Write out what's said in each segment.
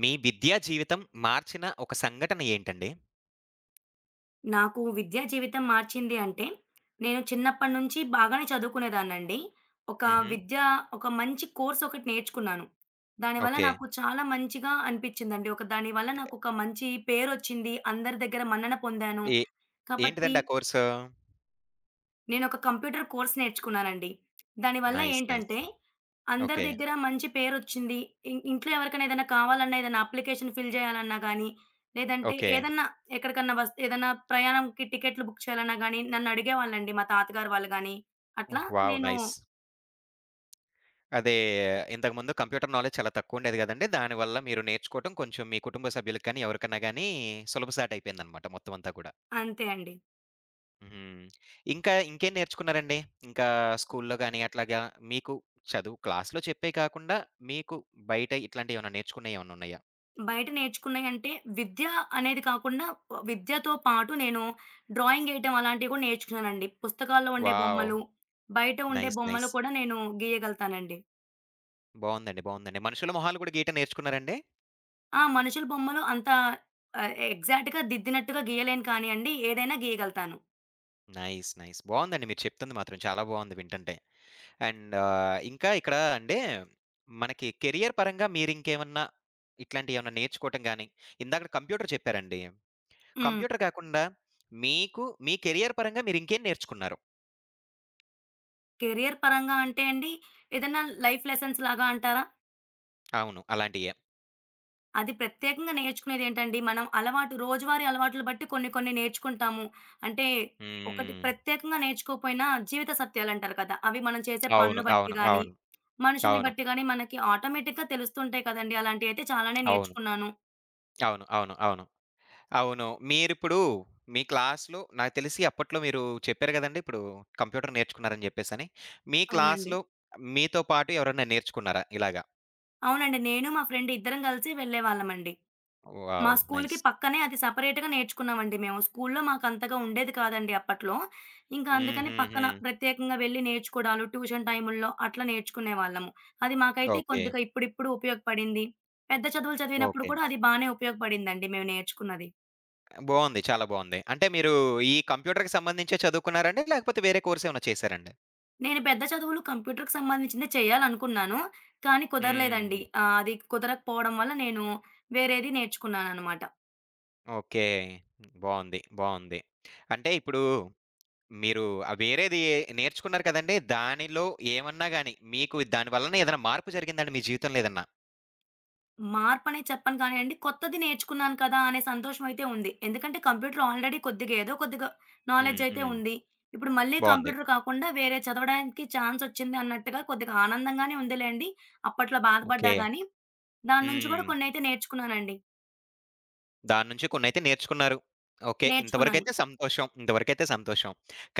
మీ విద్యా జీవితం మార్చిన ఒక సంఘటన ఏంటండి? నాకు విద్యా జీవితం మార్చింది అంటే, నేను చిన్నప్పటి నుంచి బాగానే చదువుకునేదాన్నండి. ఒక హుహు. విద్య ఒక మంచి కోర్స్ ఒకటి నేర్చుకున్నాను. దానివల్ల ఓకే. నాకు చాలా మంచిగా అనిపిచ్చిందండి. ఒక దానివల్ల నాకొక మంచి పేరొచ్చింది. అందరి దగ్గర మన్నన పొందాను. ఏ కాబట్టి ఏంటిదండి ఆ కోర్సు? నేనొక కంప్యూటర్ కోర్స్ నేర్చుకున్నానండి. దానివల్ల నైస్. నైస్. ఏంటంటే, అందరి ఓకే. దగ్గర మంచి పేరొచ్చింది. ఇంట్లో ఎవరికైనా ఏదైనా కావాలన్నా, ఏదైనా అప్లికేషన్ ఫిల్ చేయాలన్నా గానీ, లేదంటే ఓకే. ఏదన్నా ఎక్కడికన్నా ఏదన్నా ప్రయాణంకి టికెట్లు బుక్ చేయాలన్నా గానీ, నన్నడిగేవాళ్ళండి మా తాతగారు వాళ్ళు గానీ. అట్లా వావ్! నేను నైస్. అదే ఇంతకుముందు కంప్యూటర్ నాలెడ్జ్ చాలా తక్కువుండేది గదండీ! దానివల్ల మీరు నేర్చుకోవటం కొంచెం మీ కుటుంబ సభ్యులకి గాని, ఎవరికన్నా గాని సులభసాటయిపోయిందనమాట మొత్తం అంతా గూడా. అంతే అండి. హ్మ్. ఇంకేం నేర్చుకున్నారండి? ఇంకా స్కూల్లో గాని అట్లాగా మీకు చదువు క్లాస్‌లో చెప్పేయి కాకుండా మీకు బయట ఇట్లాంటియేమన్నా నేర్చుకున్నయేమన్నున్నాయా? బయట నేర్చుకున్నయంటే, విద్య అనేది కాకుండా విద్యతో పాటు నేను డ్రాయింగ్ ఏయటం అలాంటివి గూడా నేర్చుకున్నానండి. పుస్తకాల్లో ఉండే వావ్! బొమ్మలు, బయట ఉండే నైస్. బొమ్మలు నైస్. కూడా నేను గీయగలుగుతానండి. బావుందండి. బావుందండి. మనుషుల మొహాలు గూడా గీయటం నేర్చుకున్నారండి? ఆ! మనుషుల బొమ్మలు అంత ఎగ్జాక్ట్‌గా దిద్దినట్టుగా గీయలేను కానియండి. ఏదైనా గీయగలుగుతాను. నైస్. నైస్. బావుందండి. మీరు చెప్తుంది మాత్రం చాలా బావుంది వింటుంటే. అండ్ ఇంకా ఇక్కడ అండి మనకి కెరియర్ పరంగా మీరింకేమన్నా ఇట్లాంటియేమన్నా నేర్చుకోవటం గాని, ఇందాకడ కంప్యూటర్ చెప్పారండి. హ్మ్. కంప్యూటర్ కాకుండా మీకు మీ కెరియర్ పరంగా మీరింకేం నేర్చుకున్నారు? కెరియర్ పరంగా అంటే అండి, ఏదైనా లైఫ్ లెసన్స్ లాగా అంటారా? అవును. అలాంటియే. అది ప్రత్యేకంగా నేర్చుకునేదేంటండి, మనం అలవాటు రోజువారీ అలవాట్లు బట్టి కొన్ని కొన్ని నేర్చుకుంటాము. అంటే ఒకటి హ్మ్. ప్రత్యేకంగా నేర్చుకోకపోయినా జీవిత సత్యాలంటారు కదా! అవి మనం చేసే అవును. పనులు బట్టి అవును. గాని, అవును. అవును. మనుషుల్ని అవును. బట్టి గాని మనకి ఆటోమేటిక్‌గా తెలుస్తుంటాయి కదండీ! అలాంటియైతే చాలానే అవును. నేర్చుకున్నాను. అవును. అవును. అవును. అవును. మీరిప్పుడు మీ క్లాస్‌లో నాకు తెలిసి అప్పట్లో మీరు చెప్పారు గదండీ! ఇప్పుడు కంప్యూటర్ నేర్చుకున్నారని జెప్పేసని. మీ అవునండి. క్లాస్‌లో మీతో పాటు ఎవరన్నా నేర్చుకున్నారా ఇలాగా? అవునండి. నేను మా ఫ్రెండ్ ఇద్దరం కలిసి వెళ్ళేవాళ్ళమండి. మా వావ్! స్కూల్‌కి నైస్. పక్కనే అది సెపరేట్‌గా నేర్చుకున్నామండి మేము. స్కూల్‌లో మాకంతగా ఉండేది కాదండి అప్పట్లో. ఇంకా అందుకని పక్కన హుహుహు. ప్రత్యేకంగా వెళ్లి నేర్చుకోవడాలు, ట్యూషన్ టైముల్లో అట్లా నేర్చుకునేవాళ్ళము. అది మాకైతే ఓకే. కొద్దిగా ఇప్పుడిప్పుడు ఉపయోగపడింది. పెద్ద చదువులు చదివినప్పుడు ఓకే. కూడా అది బానే ఉపయోగపడిందండి మేము నేర్చుకున్నది. బావుంది. చాలా బావుంది. అంటే మీరు ఈ కంప్యూటర్‌కి సంబంధించే చదువుకున్నారండి? లేకపోతే వేరే కోర్స్ ఏమైనా చేశారండి? నేను పెద్ద చదువులు కంప్యూటర్‌కి సంబంధించిందే చేయాలనుకున్నాను. కానీ హ్మ్. కుదరలేదండి. అది కుదరకపోవడం వల్ల నేను వేరేది నేర్చుకున్నాననమాట. ఓకే. బావుంది. బావుంది. అంటే ఇప్పుడు మీరు నేర్చుకున్నారు కదండీ! దానిలో ఏమన్నా గాని, మీకు దాని వలన ఏదైనా మార్పు జరిగిందండి మీ జీవితంలో ఏదన్నా? మార్పనేది చెప్పను కానియండి. కొత్తది నేర్చుకున్నాను కదా! అనే సంతోషమైతే ఉంది. ఎందుకంటే కంప్యూటర్ ఆల్రెడీ కొద్దిగా ఏదో కొద్దిగా హ్మ్. నాలెడ్జయితే హ్మ్. ఉంది. ఇప్పుడు మళ్ళీ బావుంది. కంప్యూటర్ కాకుండా వేరే చదవడానికి ఛాన్సొచ్చింది అన్నట్టుగా కొద్దిగా ఆనందంగానే ఉందిలెండి. అప్పట్లో బాధపడ్డా ఓకే. గానీ, దాని నుంచి గూడా హ్మ్. కొన్నయితే నేర్చుకున్నానండి. దాని నుంచి కొన్నైతే నేర్చుకున్నారు. ఓకే. నేర్చుకున్నాను. ఇంతవరకైతే సంతోషం. ఇంతవరకైతే సంతోషం.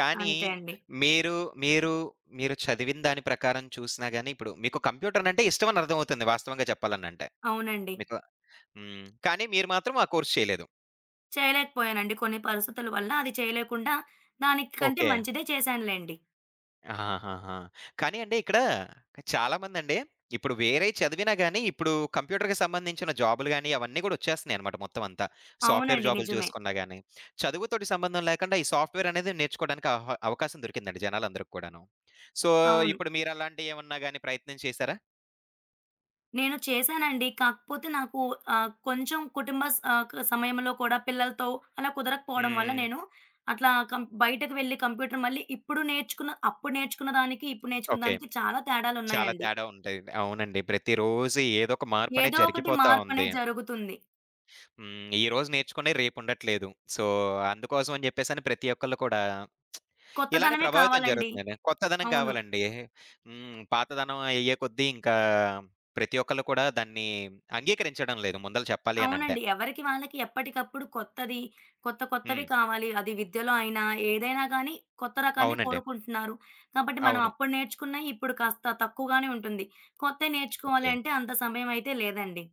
కానీ అంతే అండి. మీరు, మీరు, మీరు చదివిన దాని ప్రకారం చూసినా గాని, ఇప్పుడు మీకు కంప్యూటర్ అంటే ఇష్టమని అర్థమవుతుంది వాస్తవంగా చెప్పాలనంటే. అవునండి. మీకు హ్మ్. కానీ మీరు మాత్రం ఆ కోర్స్ చేయలేదు. చేయలేకపోయానండి కొన్ని పరిస్థితుల వల్ల అది చేయలేకుండా దానికంటే ఓకే. మంచిదే చేశానులెండి. ఆహాహాహా! కానీ అండి ఇక్కడ చాలామందండి ఇప్పుడు వేరేయి చదివినా గాని, ఇప్పుడు కంప్యూటర్‌కి సంబంధించిన జాబులు గాని, అవన్నీ కూడా వచ్చేస్తున్నాయన్నమాట మొత్తం అంతా. సాఫ్ట్‌వేర్ అవునండి. జాబులు నిజమే. చూసుకున్నా గాని, చదువుతోటి సంబంధం లేకుండా ఈ సాఫ్ట్‌వేర్ అనేది నేర్చుకోవడానికి అవకాశం దొరికిందండి జనాలందరికి కూడాను. సో, అవును. ఇప్పుడు మీరలాంటియేమన్నా గాని ప్రయత్నం చేశారా? నేను చేశానండి. కాకపోతే నాకు కొంచెం కుటుంబ స్ ఆహ్, క సమయంలో కూడా పిల్లలతో అలా కుదరకపోవడం వల్ల హ్మ్. నేను అట్లా బయటకు వెళ్లి కంప్యూటర్ మళ్ళీ ఇప్పుడు నేర్చుకున్న అప్పుడు నేర్చుకున్న దానికి, ఇప్పుడు నేర్చుకున్న ఓకే. దానికి చాలా చాలా తేడాలున్నాయండి. తేడా ఉంటది. అవునండి. ప్రతిరోజు ఏదో ఒక ఏదో మార్పనేది ఒకటి జరిగిపోతా ఉంది. మార్పనేది జరుగుతుంది. హ్మ్. ఈరోజు నేర్చుకున్నయి రేపుండట్లేదు. సో, అందుకోసం అని చెప్పేసని ప్రతి ఒక్కళ్ళు కూడా ఇలానే కొత్తదనమే ప్రభావితం కావాలండి. జరుగుతుందండి. కొత్తదనం అవును. కావాలండి. హ్మ్. పాతదనం అయ్యే కొద్దీ ఇంకా ప్రతి ఒక్కళ్ళు కూడా దాన్ని అంగీకరించడం లేదు ముందల చెప్పాలి అనంటే. అవునండి. ఎవరికి వాళ్ళకి ఎప్పటికప్పుడు కొత్తది, కొత్త కొత్తవి హ్మ్. కావాలి. అది విద్యలో అయినా, ఏదైనా గానీ కొత్త రకాన్నే అవునండి. కోరుకుంటున్నారు. కాబట్టి మనం అవును. అప్పుడు నేర్చుకున్నయి ఇప్పుడు కాస్త తక్కువగానే ఉంటుంది. కొత్తయి నేర్చుకోవాలి ఓకే. అంటే అంత సమయం అయితే లేదండి.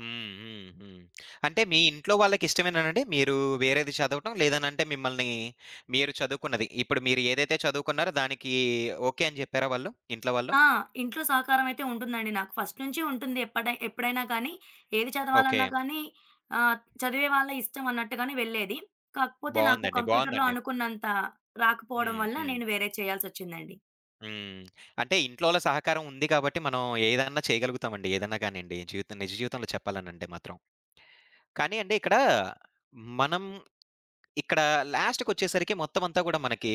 హ్మ్. హ్మ్. హ్మ్. అంటే మీ ఇంట్లో వాళ్ళకిష్టమేనానండి? మీరు వేరేది చదవటం లేదనంటే మిమ్మల్ని మీరు చదువుకున్నది ఇప్పుడు మీరు ఏదైతే చదువుకున్నారో దానికి ఓకే అని జెప్పారా వాళ్ళు? ఇంట్లో వాళ్ళు? ఆ! ఇంట్లో సహకారం అయితే ఉంటుందండి నాకు. ఫస్ట్ నుంచి ఉంటుంది. ఎప్పుడైనా కానీ, ఏది ఓకే. చదవాలన్నా కానీ ఆహ్, చదివే వాళ్ళ ఇష్టం అన్నట్టుగానే వెళ్ళేది. కాకపోతే నాకు బావుందండి. కంప్యూటర్‌లో బావుందండి. అనుకున్నంత రాకపోవడం హ్మ్. వల్ల హ్మ్. నేను వేరేది చేయాల్సొచ్చిందండి. హ్మ్. అంటే ఇంట్లోల సహకారం ఉంది కాబట్టి మనం ఏదన్నా చేయగలుగుతామండి. ఏదన్నా కానియండి. నిజ జీవితంలో చెప్పాలనంటే మాత్రం. కానీ అండి ఇక్కడ మనం ఇక్కడ లాస్ట్‌కొచ్చేసరికి మొత్తం అంతా గూడా మనకి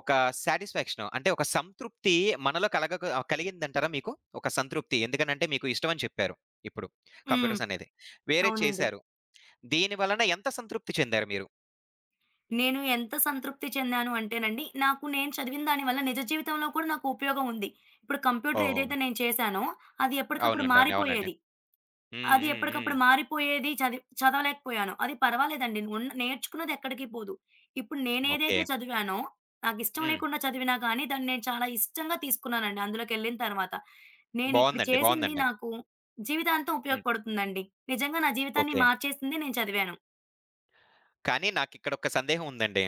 ఒక సాటిస్‌ఫాక్షన్ అంటే ఒక సంతృప్తి మనలో కలిగిందంటారా మీకు? ఒక సంతృప్తి. ఎందుకనంటే మీకు ఇష్టం అని చెప్పారు ఇప్పుడు. హ్మ్. కంప్యూటర్స్ అనేది. వేరేది అవునండి. చేశారు. దీని వలన ఎంత సంతృప్తి చెందారు మీరు? నేను ఎంత సంతృప్తి చెందాను అంటేనండి, నాకు నేను చదివిన దాని వల్ల నిజ జీవితంలో కూడా నాకు ఉపయోగం ఉంది. ఇప్పుడు కంప్యూటర్ ఓహ్! ఏదైతే నేను చేశానో, అది ఎప్పటికప్పుడు అవునండి. అవును. అవునండి. మారిపోయేది. హ్మ్. అది హ్మ్. హ్మ్. ఎప్పటికప్పుడు మారిపోయేది. చదివి చదవలేకపోయాను. అది పర్వాలేదండి. ఉన్న నేర్చుకున్నది ఎక్కడికి పోదు. ఇప్పుడు ఓకే. నేనేదైతే చదివానో, నాకిష్టం హ్మ్. లేకుండా చదివినా కానీ, దాన్ని నేను చాలా ఇష్టంగా తీసుకున్నానండి అందులోకెళ్ళిన తర్వాత. నేనిప్పుడు బావుందండి. చేసింది బావుందండి. నాకు జీవితాంతం హ్మ్. ఉపయోగపడుతుందండి. నిజంగా నా జీవితాన్ని ఓకే. మార్చేసింది నేను చదివాను. కానీ నాకిక్కడ ఒక సందేహం ఉందండి.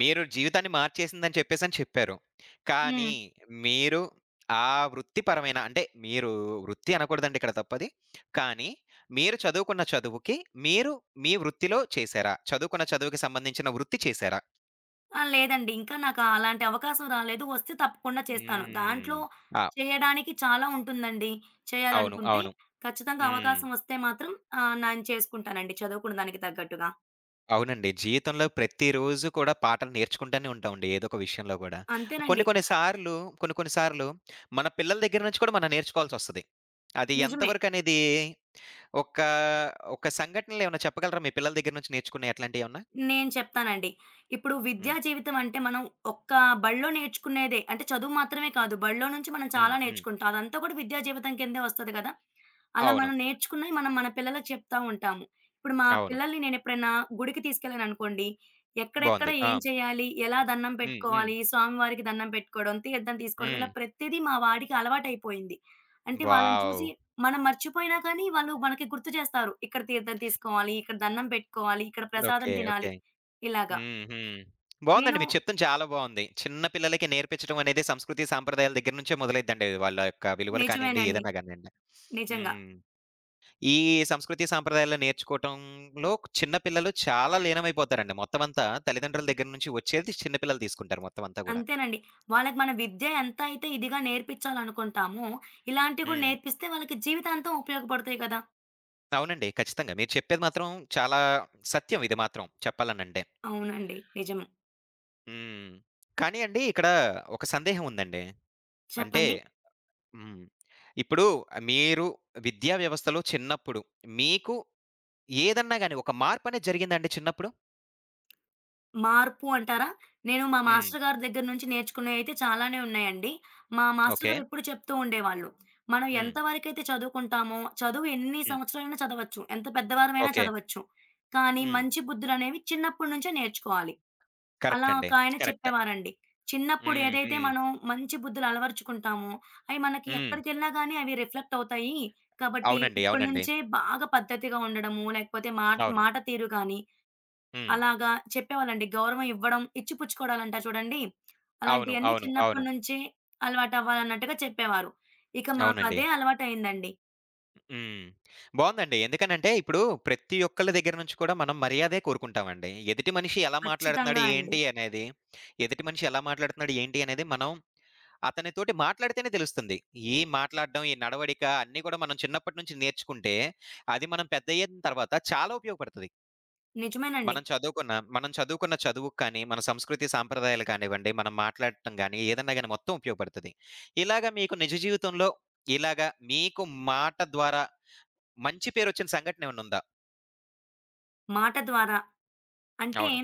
మీరు జీవితాన్ని మార్చేసిందని చెప్పేసని చెప్పారు. హ్మ్. కానీ మీరు ఆ వృత్తిపరమైన అంటే మీరు వృత్తి అనకూడదండి ఇక్కడ తప్పది. కానీ మీరు చదువుకున్న చదువుకి మీరు మీ వృత్తిలో చేశారా? చదువుకున్న చదువుకి సంబంధించిన వృత్తి చేశారా? ఆ! లేదండి. ఇంకా నాకు అలాంటి అవకాశం రాలేదు. వస్తే తప్పకుండా చేస్తాను. హ్మ్. దాంట్లో ఆ! చేయడానికి చాలా ఉంటుందండి. అవును. చేయాలనుకుంటే అవును. ఖచ్చితంగా హ్మ్. అవకాశం వస్తే మాత్రం నేను చేసుకుంటానండి చదువుకున్న దానికి తగ్గట్టుగా. అవునండి. జీవితంలో ప్రతిరోజు కూడా పాఠాలు నేర్చుకుంటానే ఉంటామండి ఏదో ఒక విషయంలో గూడా. కొన్ని అంతేనండి. కొన్ని సార్లు కొన్ని కొన్ని సార్లు మన పిల్లల దగ్గర నుంచి కూడా మనం నేర్చుకోవాల్సొస్తది. అది నిజమే. ఎంతవరకనేది ఒక ఒక సంఘటనలేమన్నా చెప్పగలరా? మీ పిల్లల దగ్గర నుంచి నేర్చుకున్నయి అట్లాంటియేమన్నా? నేను చెప్తానండి. ఇప్పుడు విద్యా హ్మ్. జీవితం అంటే మనం ఒక్క బడిలో నేర్చుకునేదే. అంటే చదువు మాత్రమే కాదు. బడిలో నుంచి మనం చాలా హ్మ్. హ్మ్. నేర్చుకుంటాం. అదంతా కూడా విద్యా జీవితం కిందే వస్తది కదా! అలా అవును. మనం నేర్చుకున్నయి మనం మన పిల్లలకి చెప్తా ఉంటాము. ఇప్పుడు మా అవును. పిల్లల్ని నేనెప్పుడైనా గుడికి తీసుకెళ్ళాననుకోండి, ఎక్కడెక్కడ బావుంది. ఆ! ఏం చేయాలి? ఎలా దండం హ్మ్. హ్మ్. పెట్టుకోవాలి? స్వామివారికి దండం పెట్టుకోవడం, తీర్థం తీసుకోవడం హ్మ్. ఇలా ప్రతిదీ మా వాడికి అలవాటైపోయింది. అంటే వాళ్ళని వావ్! చూసి మనం మర్చిపోయినా కానీ వాళ్ళు మనకి గుర్తు చేస్తారు. ఇక్కడ తీర్థం తీసుకోవాలి, ఇక్కడ దండం పెట్టుకోవాలి, ఇక్కడ ప్రసాదం ఓకే. తినాలి. ఓకే. ఇలాగా. హ్మ్. హ్మ్. నేను బావుందండి. మీరు చెప్తుంది చాలా బావుంది. చిన్న పిల్లలకి నేర్పించడం అనేది సంస్కృతి, సాంప్రదాయాల దగ్గర నుంచే మొదలైద్దండి. వాళ్ళ యొక్క విలువలు కానియండి, నిజమేనండి. ఏదైనా గానియండి. నిజంగా. హ్మ్. ఈ సంస్కృతి, సాంప్రదాయాలు నేర్చుకోవటంలో చిన్న పిల్లలు చాలా లీనమైపోతారండి. మొత్తం అంతా తల్లిదండ్రుల దగ్గర నుంచి వచ్చేది చిన్న పిల్లలు తీసుకుంటారు మొత్తం అంతా గూడా. అంతేనండి. వాళ్ళకి మన విద్య ఎంత అయితే ఇదిగా నేర్పించాలనుకుంటామో, ఇలాంటివి కూడా హ్మ్. నేర్పిస్తే వాళ్ళకి జీవితాంతం ఉపయోగపడతాయి కదా! అవునండి. ఖచ్చితంగా. మీరు చెప్పేది మాత్రం చాలా సత్యం ఇది మాత్రం చెప్పాలనంటే. అవునండి. నిజం. హ్మ్. కానీ అండి ఇక్కడ ఒక సందేహం ఉందండి. అంటే చెప్పండి? హ్మ్. ఇప్పుడు మీరు విద్యా వ్యవస్థలో చిన్నప్పుడు మీకు ఏదన్నా గాని ఒక మార్పనేది జరిగిందా అండి చిన్నప్పుడు? మార్పు అంటారా? నేను మా హ్మ్. మాస్టర్ గారి దగ్గర నుంచి నేర్చుకునేయైతే చాలానే ఉన్నాయండి. మా మాస్టర్ ఓకే. గారు ఎప్పుడు చెప్తూ ఉండేవాళ్ళు. మనం హ్మ్. ఎంత వరకైతే చదువుకుంటామో, చదువు ఎన్ని హ్మ్. సంవత్సరాలైనా చదవచ్చు. ఎంత పెద్దవారమైనా ఓకే. చదవచ్చు. కానీ హ్మ్. మంచి బుద్ధులనేవి చిన్నప్పటి నుంచే నేర్చుకోవాలి. కరెక్ట్ అలా అండి. ఒక ఆయన కరెక్ట్. చెప్పేవారండి. చిన్నప్పుడు హ్మ్. ఏదైతే హ్మ్. మనం మంచి బుద్ధులు అలవరుచుకుంటామో, అవి మనకి హ్మ్. ఎక్కడికెళ్ళినా గానీ అవి రిఫ్లెక్ట్ అవుతాయి. కాబట్టి అవునండి. ఇప్పటి అవునండి. నుంచే బాగా పద్ధతిగా ఉండడము, లేకపోతే మాట అవును. మాట తీరు గాని, హ్మ్. అలాగా చెప్పేవాళ్ళండి. గౌరవం ఇవ్వడం, ఇచ్చిపుచ్చుకోవడాలంటారు చూడండి. అవును. అలాంటియన్నీ అవును. చిన్నప్పటి అవును. నుంచే అలవాటవ్వాలన్నట్టుగా చెప్పేవారు. ఇక అవునండి. మాకదే అలవాటయిందండి. హ్మ్. బావుందండి. ఎందుకనంటే ఇప్పుడు ప్రతి ఒక్కళ్ళ దగ్గర నుంచి కూడా మనం మర్యాదే కోరుకుంటామండి. ఖచ్చితంగా అండి. ఎదుటి మనిషి ఎలా మాట్లాడుతున్నాడు, ఏంటి అనేది మనం అతనితోటి మాట్లాడితేనే తెలుస్తుంది. ఈ మాట్లాడడం, ఈ నడవడిక అన్నీ కూడా మనం చిన్నప్పటి నుంచి నేర్చుకుంటే, అది మనం పెద్దయ్యిన తర్వాత చాలా ఉపయోగపడతది. నిజమేనండి. మనం చదువుకున్న చదువుకు కానీ, మన సంస్కృతి సాంప్రదాయాలు కానివ్వండి, మనం మాట్లాడటం గాని, ఏదన్నా గాని మొత్తం ఉపయోగపడతది. ఇలాగ మీకు నిజ జీవితంలో ఇలాగ మీకు మాట ద్వారా మంచి పేరొచ్చిన సంఘటన ఏమన్నుందా? మాట ద్వారా అంటే, అవును.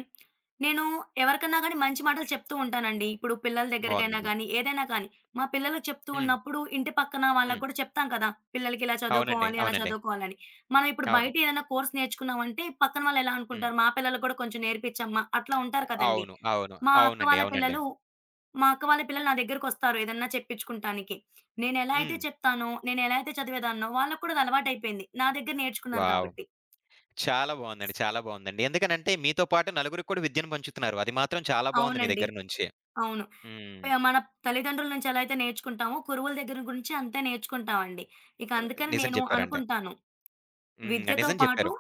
నేను ఎవరికన్నా గాని మంచి మాటలు చెప్తూ ఉంటానండి. ఇప్పుడు పిల్లల దగ్గరకైనా బావుందండి. గానీ, ఏదైనా కానీ. మా పిల్లలకి చెప్తూ హ్మ్. ఉన్నప్పుడు ఇంటి పక్కన వాళ్ళకి హ్మ్. గూడా చెప్తాం కదా! పిల్లలకి ఇలా అవునండి. చదువుకోవాలి, అలా అవునండి. చదువుకోవాలని. మనం ఇప్పుడు అవును. బయట ఏదైనా కోర్స్ నేర్చుకున్నామంటే, పక్కన వాళ్ళు ఎలా హ్మ్. అనుకుంటారు? మా పిల్లలకి గూడా కొంచెం నేర్పిచ్చమ్మా అట్లా ఉంటారు కదండీ. అవును. అవును. మా అక్క అవునండి. వాళ్ళ అవునండి. పిల్లలు మా అక్క వాళ్ళ పిల్లలు నా దగ్గరకొస్తారు ఏదన్నా చెప్పించుకుంటానికి. నేనెలా అయితే హ్మ్. చెప్తానో, నేనెలా అయితే చదివేదాన్నో వాళ్ళకి కూడా అది అలవాటయిపోయింది. నా దగ్గర నేర్చుకున్నారు వావ్! కాబట్టి. చాలా బావుందండి. చాలా బావుందండి. ఎందుకనంటే మీతో పాటు నలుగురికి కూడా విద్యను పంచుతున్నారు. అది మాత్రం చాలా బావుంది మీ అవునండి. దగ్గర నుంచి. అవును. హ్మ్. మన తల్లిదండ్రుల నుంచి ఎలా అయితే నేర్చుకుంటామో, గురువుల దగ్గర గురించి అంతే నేర్చుకుంటామండి. ఇక అందుకని నిజం నేను చెప్పారండి. అనుకుంటాను, హ్మ్. విద్యతో నిజం పాటు చెప్పారు.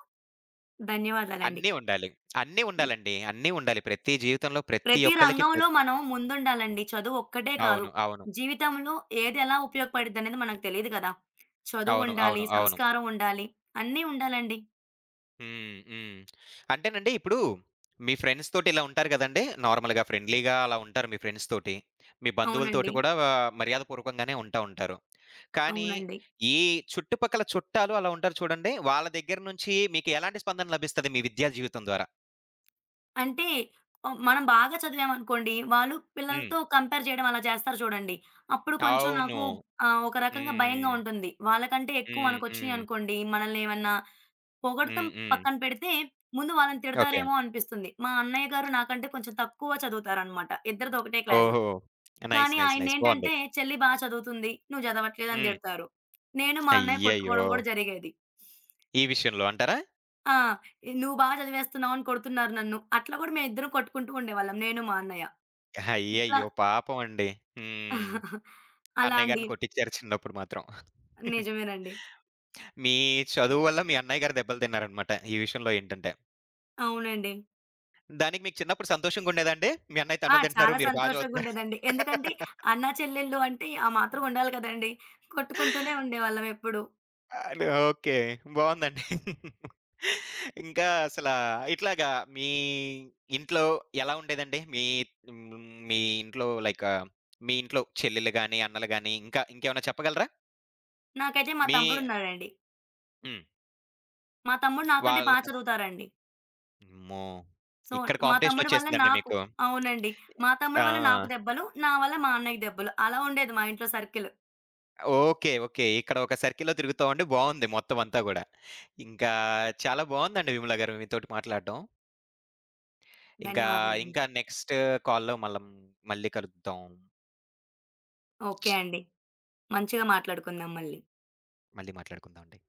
ధన్యవాదాలండి. అన్నీ ఉండాలి. అన్నీ ఉండాలండి. అన్నీ ఉండాలి. ప్రతి జీవితంలో ప్రతి ప్రతి ఒక్కళ్ళకి ప్ర రంగంలో మనం ముందుండాలండి. చదువు ఒక్కటే కాదు. అవును. అవును. జీవితంలో ఏది ఎలా ఉపయోగపడిద్దనేది మనకు తెలీదు కదా! అవును. చదువుండాలి, అవును. అవును. సంస్కారం ఉండాలి, అన్నీ ఉండాలండి. హ్మ్. హ్మ్. అంటేనండి ఇప్పుడు మీ ఫ్రెండ్స్ తోటి ఇలా ఉంటారు గదండీ! నార్మల్‌గా ఫ్రెండ్లీగా అలా ఉంటారు మీ ఫ్రెండ్స్ తోటి. మీ బంధువులతోటి అవునండి. కూడా మర్యాదపూర్వకంగానే ఉంటా ఉంటారు. కానీ అవునండి. ఈ చుట్టుపక్కల చుట్టాలు అలా ఉంటారు చూడండి. వాళ్ళ దగ్గర నుంచి మీకు ఎలాంటి స్పందన లభిస్తది మీ విద్యా జీవితం ద్వారా? అంటే మనం బాగా చదివామనుకోండి, వాళ్ళు హ్మ్. పిల్లలతో కంపేర్ చేయడం అలా చేస్తారు చూడండి. అప్పుడు కొంచెం అవును. నాకు ఒక రకంగా భయంగా హ్మ్. ఉంటుంది. వాళ్ళకంటే ఎక్కువ హ్మ్. మనకొచ్చినియి హ్మ్. అనుకోండి, మనల్ని ఏమన్నా పొగడతం హ్మ్. హ్మ్. పక్కన పెడితే, ముందు వాళ్ళని ఓకే. తిడతారేమో అనిపిస్తుంది. మా అన్నయ్య గారు నాకంటే కొంచెం తక్కువ చదువుతారనమాట. ఇద్దరిది ఒకటే క్లాసు. ఓహో! నైస్. కానీ నైస్. నైస్. బావుంది. ఆయన్నేంటంటే, "చెల్లి బా చదువుతుంది, నువ్వు చదవట్లేదు" అని హ్మ్. తిడతారు. నేను మా అన్నయ్య అయ్యయ్యో! కొట్టుకోవడం కూడా జరిగేది. ఈ విషయంలో అంటారా? ఆ! "నువ్వు బా చదివేస్తున్నావు" అని కొడుతున్నారు నన్ను. అట్లా కూడా మేమిద్దరం కొట్టుకుంటూ ఉండేవాళ్ళం నేను మా అన్నయ్య. ఇట్లా అయ్యయ్యో! పాపం అండి. హ్మ్. అలా అన్నయ్య అండి. గారిని కొట్టిచ్చారు చిన్నప్పుడు మాత్రం. నిజమేనండి. మీ చదువు వల్ల మీ అన్నయ్య గారు దెబ్బలు తిన్నారనమాట. ఈ విషయంలో ఏంటంటే. అవునండి. దానికి మీకు చిన్నప్పుడు సంతోషంగా ఉండేదా అండి? మీ అన్నయ్య ఆ! తన్నులు తింటున్నారు. చాలా మీరు బా చదువుతున్నారు. సంతోషంగుండేదండి. ఎందుకంటే అన్నా, చెల్లెళ్ళు అంటే ఆ మాత్రం ఉండాలి కదండీ! కొట్టుకుంటూనే ఉండేవాళ్ళం ఎప్పుడు. అది ఓకే. బావుందండి. ఇంకా అసలా ఇట్లాగా మీ ఇంట్లో ఎలా ఉండేదండి? మీ హ్మ్. మీ ఇంట్లో లైక్ మీ ఇంట్లో చెల్లెలు గాని, అన్నలు గాని ఇంకా ఇంకేమైనా చెప్పగలరా? నాకైతే మా మీ తమ్ముడున్నాడండి. హ్మ్. మా తమ్ముడు నాకంటే వాళ్ళ బా చదువుతారండి. అమ్మో! సో, ఇక్కడ మా కాంపిటీషన్ తమ్ముడి వల్ల వచ్చేసిందండి నాకు మీకు. అవునండి. మా తమ్ముడి వల్ల నాకు ఆ! దెబ్బలు, నా వల్ల మా అన్నయ్యకి దెబ్బలు. అలా ఉండేది మా ఇంట్లో సర్కిల్. ఓకే. ఓకే. ఇక్కడ ఒక సర్కిల్‌లో తిరుగుతా ఉండి బావుంది మొత్తం అంతా గూడా. ఇంకా చాలా బావుందండి విమల గారు మీతోటి మాట్లాడడం. ఇంకా, ధన్యవాదాలండి. ఇంకా నెక్స్ట్ కాల్‌లో మళ్ళీ కలుద్దాం. ఓకే అండి. మంచిగా మాట్లాడుకుందాం మళ్ళీ. మళ్ళీ మాట్లాడుకుందాం అండి.